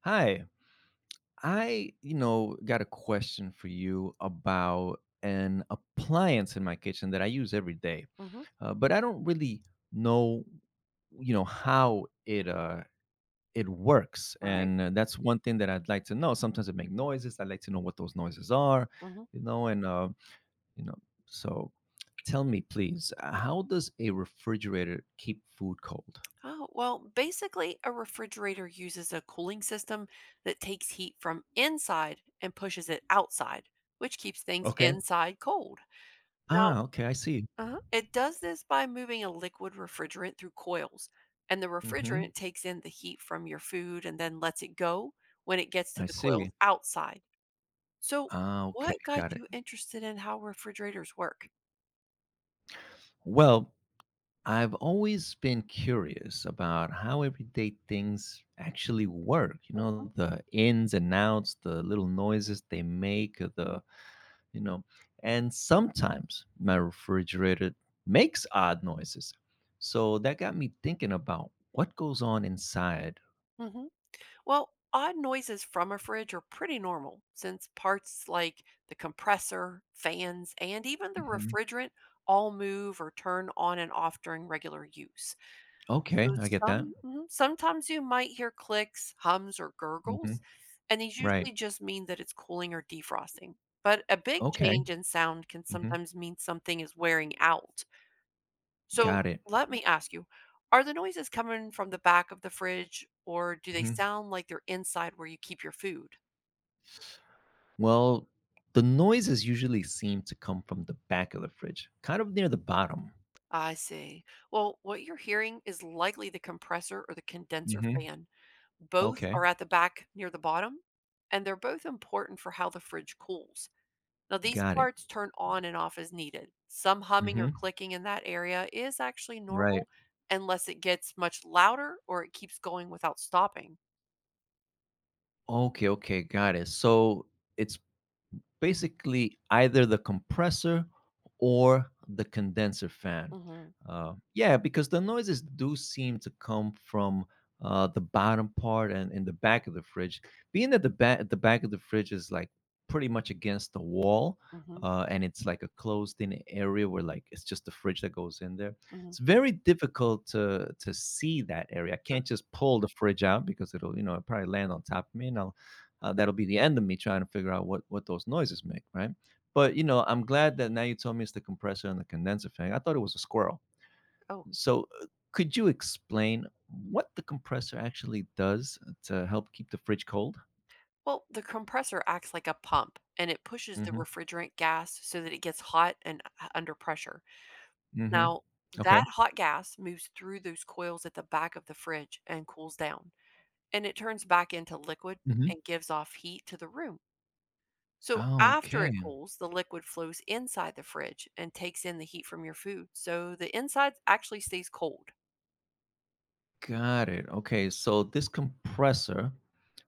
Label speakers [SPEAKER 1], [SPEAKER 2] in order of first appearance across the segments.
[SPEAKER 1] Hi. I got a question for you about an appliance in my kitchen that I use every day,
[SPEAKER 2] Hmm.
[SPEAKER 1] but I don't really know, how it works,
[SPEAKER 2] Right.
[SPEAKER 1] and that's one thing that I'd like to know. Sometimes it make noises. I'd like to know what those noises are,
[SPEAKER 2] Hmm.
[SPEAKER 1] and you know, so tell me, please, how does a refrigerator keep food cold?
[SPEAKER 2] Oh, well, basically, a refrigerator uses a cooling system that takes heat from inside and pushes it outside, which keeps things
[SPEAKER 1] Okay.
[SPEAKER 2] inside cold. Now,
[SPEAKER 1] Ah, okay. I see.
[SPEAKER 2] it does this by moving a liquid refrigerant through coils, and the
[SPEAKER 1] Mm-hmm.
[SPEAKER 2] refrigerant takes in the heat from your food and then lets it go when it gets to
[SPEAKER 1] I
[SPEAKER 2] the coils
[SPEAKER 1] see.
[SPEAKER 2] outside. So,
[SPEAKER 1] Ah, okay.
[SPEAKER 2] what
[SPEAKER 1] Got
[SPEAKER 2] got
[SPEAKER 1] it.
[SPEAKER 2] you interested in how refrigerators work?
[SPEAKER 1] Well, I've always been curious about how everyday things actually work. You
[SPEAKER 2] Hmm.
[SPEAKER 1] know, the ins and outs, the little noises they make, you know, and sometimes my refrigerator makes odd noises. So that got me thinking about what goes on inside.
[SPEAKER 2] Hmm. Well, odd noises from a fridge are pretty normal since parts like the compressor, fans, and even the
[SPEAKER 1] Mhm.
[SPEAKER 2] refrigerant all move or turn on and off during regular use.
[SPEAKER 1] Okay,
[SPEAKER 2] So
[SPEAKER 1] I get that.
[SPEAKER 2] some sometimes you might hear clicks, hums, or
[SPEAKER 1] Hmm.
[SPEAKER 2] gurgles, and these
[SPEAKER 1] Right.
[SPEAKER 2] usually just mean that it's cooling or defrosting. But a big
[SPEAKER 1] Okay.
[SPEAKER 2] change in sound can
[SPEAKER 1] Hmm.
[SPEAKER 2] sometimes mean something is wearing out, so
[SPEAKER 1] Got it.
[SPEAKER 2] let me ask you, are the noises coming from the back of the fridge, or do they
[SPEAKER 1] Mm-hmm.
[SPEAKER 2] sound like they're inside where you keep your food?
[SPEAKER 1] Well, the noises usually seem to come from the back of the fridge, kind of near the bottom.
[SPEAKER 2] I see. Well, what you're hearing is likely the compressor or the condenser
[SPEAKER 1] Hmm.
[SPEAKER 2] fan. Both
[SPEAKER 1] Okay,
[SPEAKER 2] are at the back near the bottom, and they're both important for how the fridge cools. Now, these
[SPEAKER 1] got it.
[SPEAKER 2] parts turn on and off as needed. Some humming or
[SPEAKER 1] Hmm.
[SPEAKER 2] clicking in that area is actually
[SPEAKER 1] Right.
[SPEAKER 2] normal unless it gets much louder or it keeps going without stopping.
[SPEAKER 1] Okay, okay, got it. So it's basically either the compressor or the condenser fan.
[SPEAKER 2] Mm-hmm,
[SPEAKER 1] Yeah, because the noises do seem to come from the bottom part and in the back of the fridge. Being that the back of the fridge is like pretty much against the wall,
[SPEAKER 2] mm-hmm,
[SPEAKER 1] and it's like a closed-in area where like it's just the fridge that goes in there.
[SPEAKER 2] mm-hmm.
[SPEAKER 1] It's very difficult to see that area. I
[SPEAKER 2] Sure.
[SPEAKER 1] can't just pull the fridge out because it'll probably land on top of me, and I'll that'll be the end of me trying to figure out what those noises make, right? But I'm glad that now you told me it's the compressor and the condenser thing. I thought it was a squirrel.
[SPEAKER 2] Oh,
[SPEAKER 1] So, could you explain what the compressor actually does to help keep the fridge cold?
[SPEAKER 2] well, the compressor acts like a pump and it pushes the
[SPEAKER 1] Hmm.
[SPEAKER 2] refrigerant gas so that it gets hot and under pressure.
[SPEAKER 1] Hmm.
[SPEAKER 2] Now,
[SPEAKER 1] Okay.
[SPEAKER 2] that hot gas moves through those coils at the back of the fridge and cools down, and it turns back into liquid
[SPEAKER 1] Hmm.
[SPEAKER 2] and gives off heat to the room. So,
[SPEAKER 1] Oh,
[SPEAKER 2] after
[SPEAKER 1] okay.
[SPEAKER 2] it cools, the liquid flows inside the fridge and takes in the heat from your food. So, the inside actually stays cold.
[SPEAKER 1] Got it. Okay. So this compressor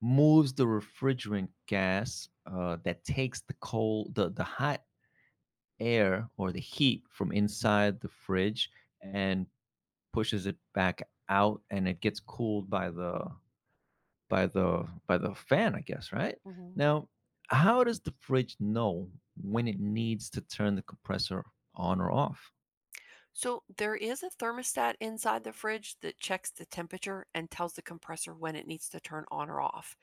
[SPEAKER 1] moves the refrigerant gas that takes the hot air or the heat from inside the fridge and pushes it back out and it gets cooled by the by the fan, I guess, right?
[SPEAKER 2] Mhm.
[SPEAKER 1] Now, how does the fridge know when it needs to turn the compressor on or off?
[SPEAKER 2] So there is a thermostat inside the fridge that checks the temperature and tells the compressor when it needs to turn on or off.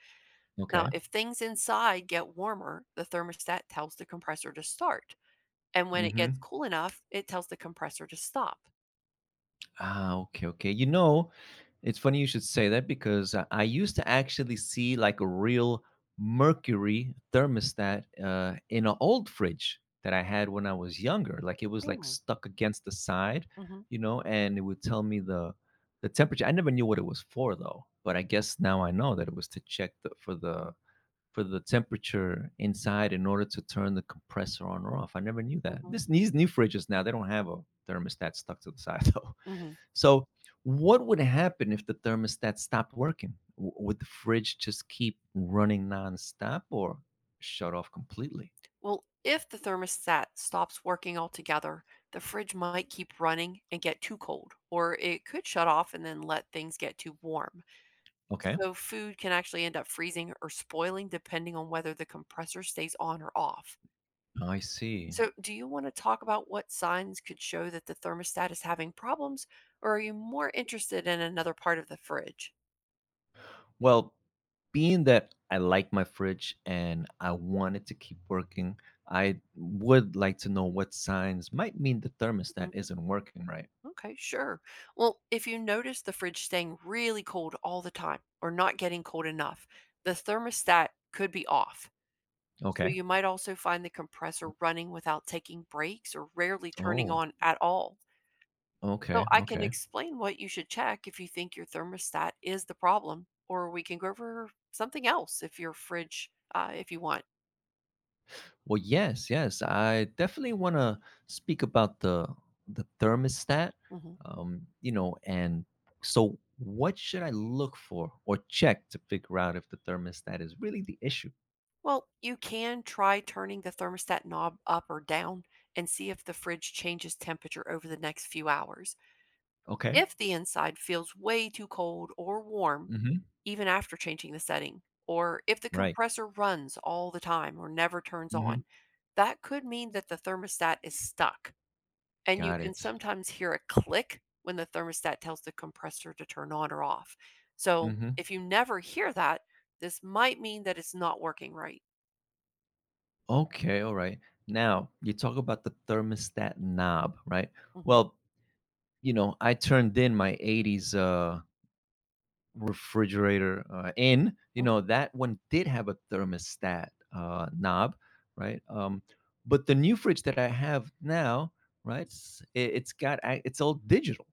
[SPEAKER 2] Now,
[SPEAKER 1] Okay.
[SPEAKER 2] if things inside get warmer, the thermostat tells the compressor to start. And when it gets
[SPEAKER 1] Mm-hmm.
[SPEAKER 2] cool enough, it tells the compressor to stop.
[SPEAKER 1] Ah, okay, okay. It's funny you should say that because I used to actually see like a real mercury thermostat in an old fridge that I had when I was younger. Like it was like
[SPEAKER 2] Mm.
[SPEAKER 1] stuck against the side,
[SPEAKER 2] Mhm,
[SPEAKER 1] and it would tell me the temperature. I never knew what it was for though, but I guess now I know that it was to check the, for the for the temperature inside in order to turn the compressor on or off. I never knew that.
[SPEAKER 2] mhm,
[SPEAKER 1] This these new fridges now they don't have a thermostat stuck to the side though.
[SPEAKER 2] mhm.
[SPEAKER 1] So, what would happen if the thermostat stopped working? Would the fridge just keep running nonstop or shut off completely?
[SPEAKER 2] Well, if the thermostat stops working altogether, the fridge might keep running and get too cold, or it could shut off and then let things get too warm.
[SPEAKER 1] Okay,
[SPEAKER 2] So food can actually end up freezing or spoiling depending on whether the compressor stays on or off.
[SPEAKER 1] I see.
[SPEAKER 2] So, do you want to talk about what signs could show that the thermostat is having problems, or are you more interested in another part of the fridge?
[SPEAKER 1] Well, being that I like my fridge and I want it to keep working, I would like to know what signs might mean the thermostat
[SPEAKER 2] Mm.
[SPEAKER 1] isn't working right.
[SPEAKER 2] Okay, sure. Well, if you notice the fridge staying really cold all the time or not getting cold enough, the thermostat could be off. So,
[SPEAKER 1] Okay.
[SPEAKER 2] you might also find the compressor running without taking breaks or rarely turning
[SPEAKER 1] Oh,
[SPEAKER 2] on at all. So
[SPEAKER 1] okay,
[SPEAKER 2] I can
[SPEAKER 1] okay.
[SPEAKER 2] explain what you should check if you think your thermostat is the problem, or we can go over something else if your fridge, if you want.
[SPEAKER 1] Well, yes, yes. I definitely want to speak about the thermostat.
[SPEAKER 2] Hmm.
[SPEAKER 1] And so what should I look for or check to figure out if the thermostat is really the issue?
[SPEAKER 2] Well, you can try turning the thermostat knob up or down and see if the fridge changes temperature over the next few hours.
[SPEAKER 1] Okay.
[SPEAKER 2] If the inside feels way too cold or warm,
[SPEAKER 1] Mm-hmm.
[SPEAKER 2] even after changing the setting, or if the
[SPEAKER 1] Right.
[SPEAKER 2] compressor runs all the time or never turns
[SPEAKER 1] Mm-hmm.
[SPEAKER 2] on, that could mean that the thermostat is stuck. And you
[SPEAKER 1] Got
[SPEAKER 2] can
[SPEAKER 1] it.
[SPEAKER 2] sometimes hear a click when the thermostat tells the compressor to turn on or off. So
[SPEAKER 1] Mm-hmm.
[SPEAKER 2] if you never hear that, this might mean that it's not working right.
[SPEAKER 1] Okay. All right. Now you talk about the thermostat knob, right?
[SPEAKER 2] Mhm,
[SPEAKER 1] Well, I turned in my 80s refrigerator in,
[SPEAKER 2] mm,
[SPEAKER 1] that one did have a thermostat knob, right? But the new fridge that I have now, right, it's, it, it's got a- it's all digital,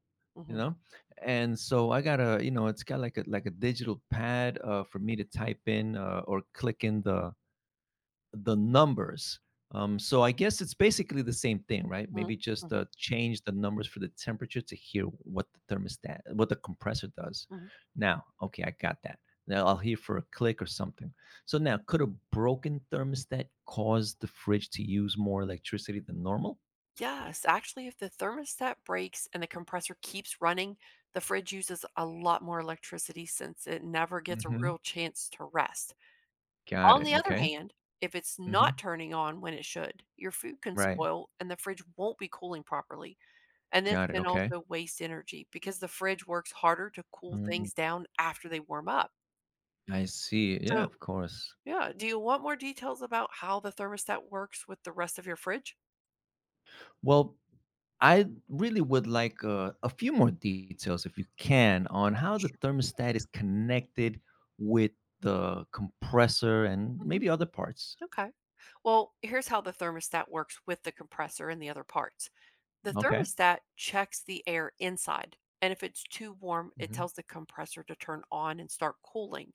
[SPEAKER 1] you
[SPEAKER 2] mhm,
[SPEAKER 1] know, and so I got a, you know, it's got like a digital pad for me to type in or click in the numbers. So I guess it's basically the same thing, right?
[SPEAKER 2] mhm,
[SPEAKER 1] Maybe just
[SPEAKER 2] mhm,
[SPEAKER 1] change the numbers for the temperature to hear what the compressor does.
[SPEAKER 2] mhm.
[SPEAKER 1] Now, okay, I got that. Now I'll hear for a click or something. So now, could a broken thermostat cause the fridge to use more electricity than normal?
[SPEAKER 2] Yes, actually, if the thermostat breaks and the compressor keeps running, the fridge uses a lot more electricity since it never gets a
[SPEAKER 1] Hmm.
[SPEAKER 2] real chance to rest.
[SPEAKER 1] Got
[SPEAKER 2] On
[SPEAKER 1] it.
[SPEAKER 2] the other
[SPEAKER 1] Okay.
[SPEAKER 2] hand, if it's
[SPEAKER 1] Hmm.
[SPEAKER 2] not turning on when it should, your food can
[SPEAKER 1] Right.
[SPEAKER 2] spoil and the fridge won't be cooling properly. And this
[SPEAKER 1] Got it.
[SPEAKER 2] can
[SPEAKER 1] Okay.
[SPEAKER 2] also waste energy because the fridge works harder to cool
[SPEAKER 1] Mm,
[SPEAKER 2] things down after they warm up.
[SPEAKER 1] I see. Yeah,
[SPEAKER 2] So,
[SPEAKER 1] of course.
[SPEAKER 2] yeah, do you want more details about how the thermostat works with the rest of your fridge?
[SPEAKER 1] Well, I really would like a few more details, if you can, on how the
[SPEAKER 2] Sure.
[SPEAKER 1] thermostat is connected with the compressor and
[SPEAKER 2] Mhm.
[SPEAKER 1] maybe other parts.
[SPEAKER 2] Okay. Well, here's how the thermostat works with the compressor and the other parts. The
[SPEAKER 1] Okay.
[SPEAKER 2] thermostat checks the air inside, and if it's too warm, it
[SPEAKER 1] Hmm.
[SPEAKER 2] tells the compressor to turn on and start cooling.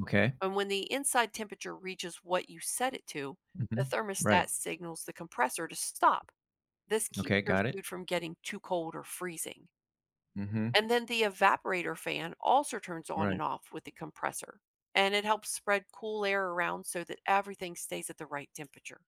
[SPEAKER 1] Okay.
[SPEAKER 2] And when the inside temperature reaches what you set it to, the
[SPEAKER 1] Hmm. Right.
[SPEAKER 2] thermostat signals the compressor to stop. This keeps
[SPEAKER 1] Okay.
[SPEAKER 2] your
[SPEAKER 1] Got it.
[SPEAKER 2] food from getting too cold or freezing.
[SPEAKER 1] Hmm.
[SPEAKER 2] And then the evaporator fan also turns on
[SPEAKER 1] Right.
[SPEAKER 2] and off with the compressor, and it helps spread cool air around so that everything stays at the right temperature.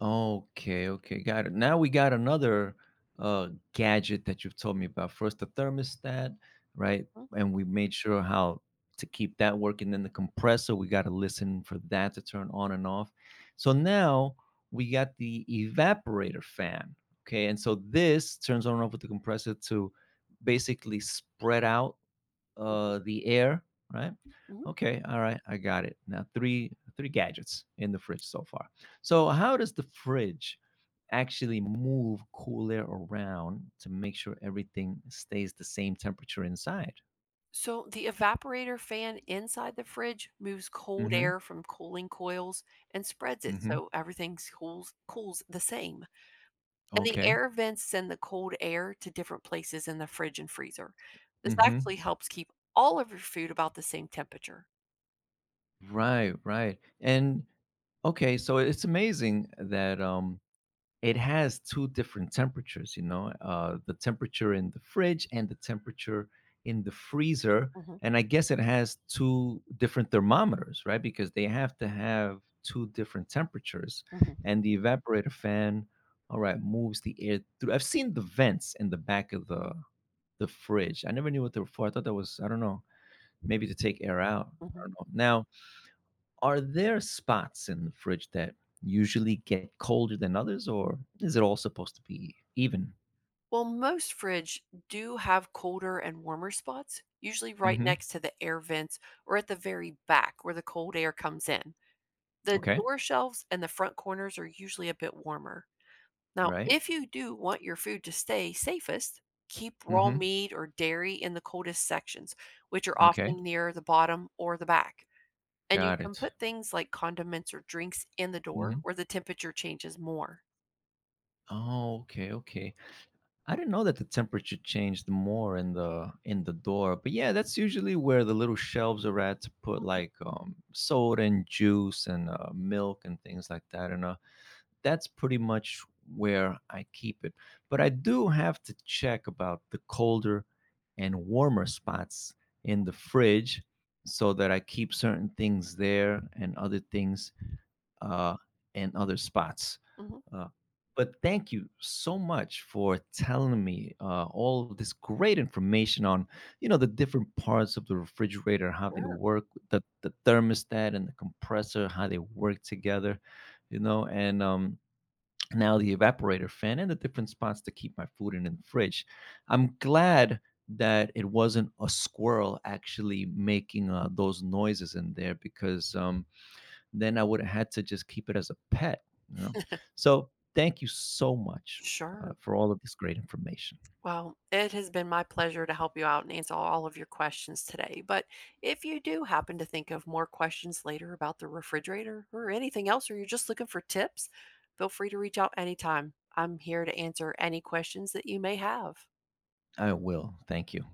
[SPEAKER 1] Okay, okay, got it. Now we got another gadget that you've told me about. First, the thermostat, right?
[SPEAKER 2] Mhm,
[SPEAKER 1] And we made sure how to keep that working. Then the compressor, we got to listen for that to turn on and off. So now we got the evaporator fan. Okay, and so this turns on and off with the compressor to basically spread out
[SPEAKER 2] mhm,
[SPEAKER 1] the air, right.
[SPEAKER 2] mhm.
[SPEAKER 1] Okay, all right, I got it now. Three gadgets in the fridge so far. So how does the fridge actually move cool air around to make sure everything stays the same temperature inside?
[SPEAKER 2] So the evaporator fan inside the fridge moves cold
[SPEAKER 1] Mm-hmm.
[SPEAKER 2] air from cooling coils and spreads it
[SPEAKER 1] Mm-hmm.
[SPEAKER 2] so everything cools the same. And the
[SPEAKER 1] Okay.
[SPEAKER 2] air vents send the cold air to different places in the fridge and freezer. This
[SPEAKER 1] Mm-hmm.
[SPEAKER 2] actually helps keep all of your food about the same temperature.
[SPEAKER 1] Right, right. And okay, so it's amazing that it has two different temperatures, the temperature in the fridge and the temperature in the freezer.
[SPEAKER 2] Mhm.
[SPEAKER 1] And I guess it has two different thermometers, right? Because they have to have two different temperatures.
[SPEAKER 2] Mhm,
[SPEAKER 1] And the evaporator fan, all right, moves the air through. I've seen the vents in the back of the fridge. I never knew what they were for. I thought that was, I don't know, maybe to take air out. I
[SPEAKER 2] mhm.
[SPEAKER 1] don't know. Now, are there spots in the fridge that usually get colder than others, or is it all supposed to be even?
[SPEAKER 2] Well, most fridge do have colder and warmer spots, usually right
[SPEAKER 1] Mhm.
[SPEAKER 2] next to the air vents or at the very back where the cold air comes in. The
[SPEAKER 1] Okay.
[SPEAKER 2] door shelves and the front corners are usually a bit warmer. Now,
[SPEAKER 1] Right.
[SPEAKER 2] if you do want your food to stay safest, keep raw
[SPEAKER 1] Mhm.
[SPEAKER 2] meat or dairy in the coldest sections, which are
[SPEAKER 1] Okay.
[SPEAKER 2] often near the bottom or the back. And you
[SPEAKER 1] Got
[SPEAKER 2] can
[SPEAKER 1] it.
[SPEAKER 2] put things like condiments or drinks in the door
[SPEAKER 1] Mhm.
[SPEAKER 2] where the temperature changes more.
[SPEAKER 1] Oh, okay, okay. I didn't know that the temperature changed more in the door, but yeah, that's usually where the little shelves are at to put
[SPEAKER 2] Mhm,
[SPEAKER 1] like soda and juice and milk and things like that. And that's pretty much where I keep it. But I do have to check about the colder and warmer spots in the fridge so that I keep certain things there and other things uh, in other spots.
[SPEAKER 2] mhm.
[SPEAKER 1] Uh, but thank you so much for telling me all this great information on, the different parts of the refrigerator, how they
[SPEAKER 2] Sure.
[SPEAKER 1] work, the thermostat and the compressor, how they work together, and now the evaporator fan and the different spots to keep my food in the fridge. I'm glad that it wasn't a squirrel actually making those noises in there because then I would have had to just keep it as a pet. You know, so thank you so much
[SPEAKER 2] Sure.
[SPEAKER 1] for all of this great information.
[SPEAKER 2] Well, it has been my pleasure to help you out and answer all of your questions today. But if you do happen to think of more questions later about the refrigerator or anything else, or you're just looking for tips, feel free to reach out anytime. I'm here to answer any questions that you may have.
[SPEAKER 1] I will. Thank you.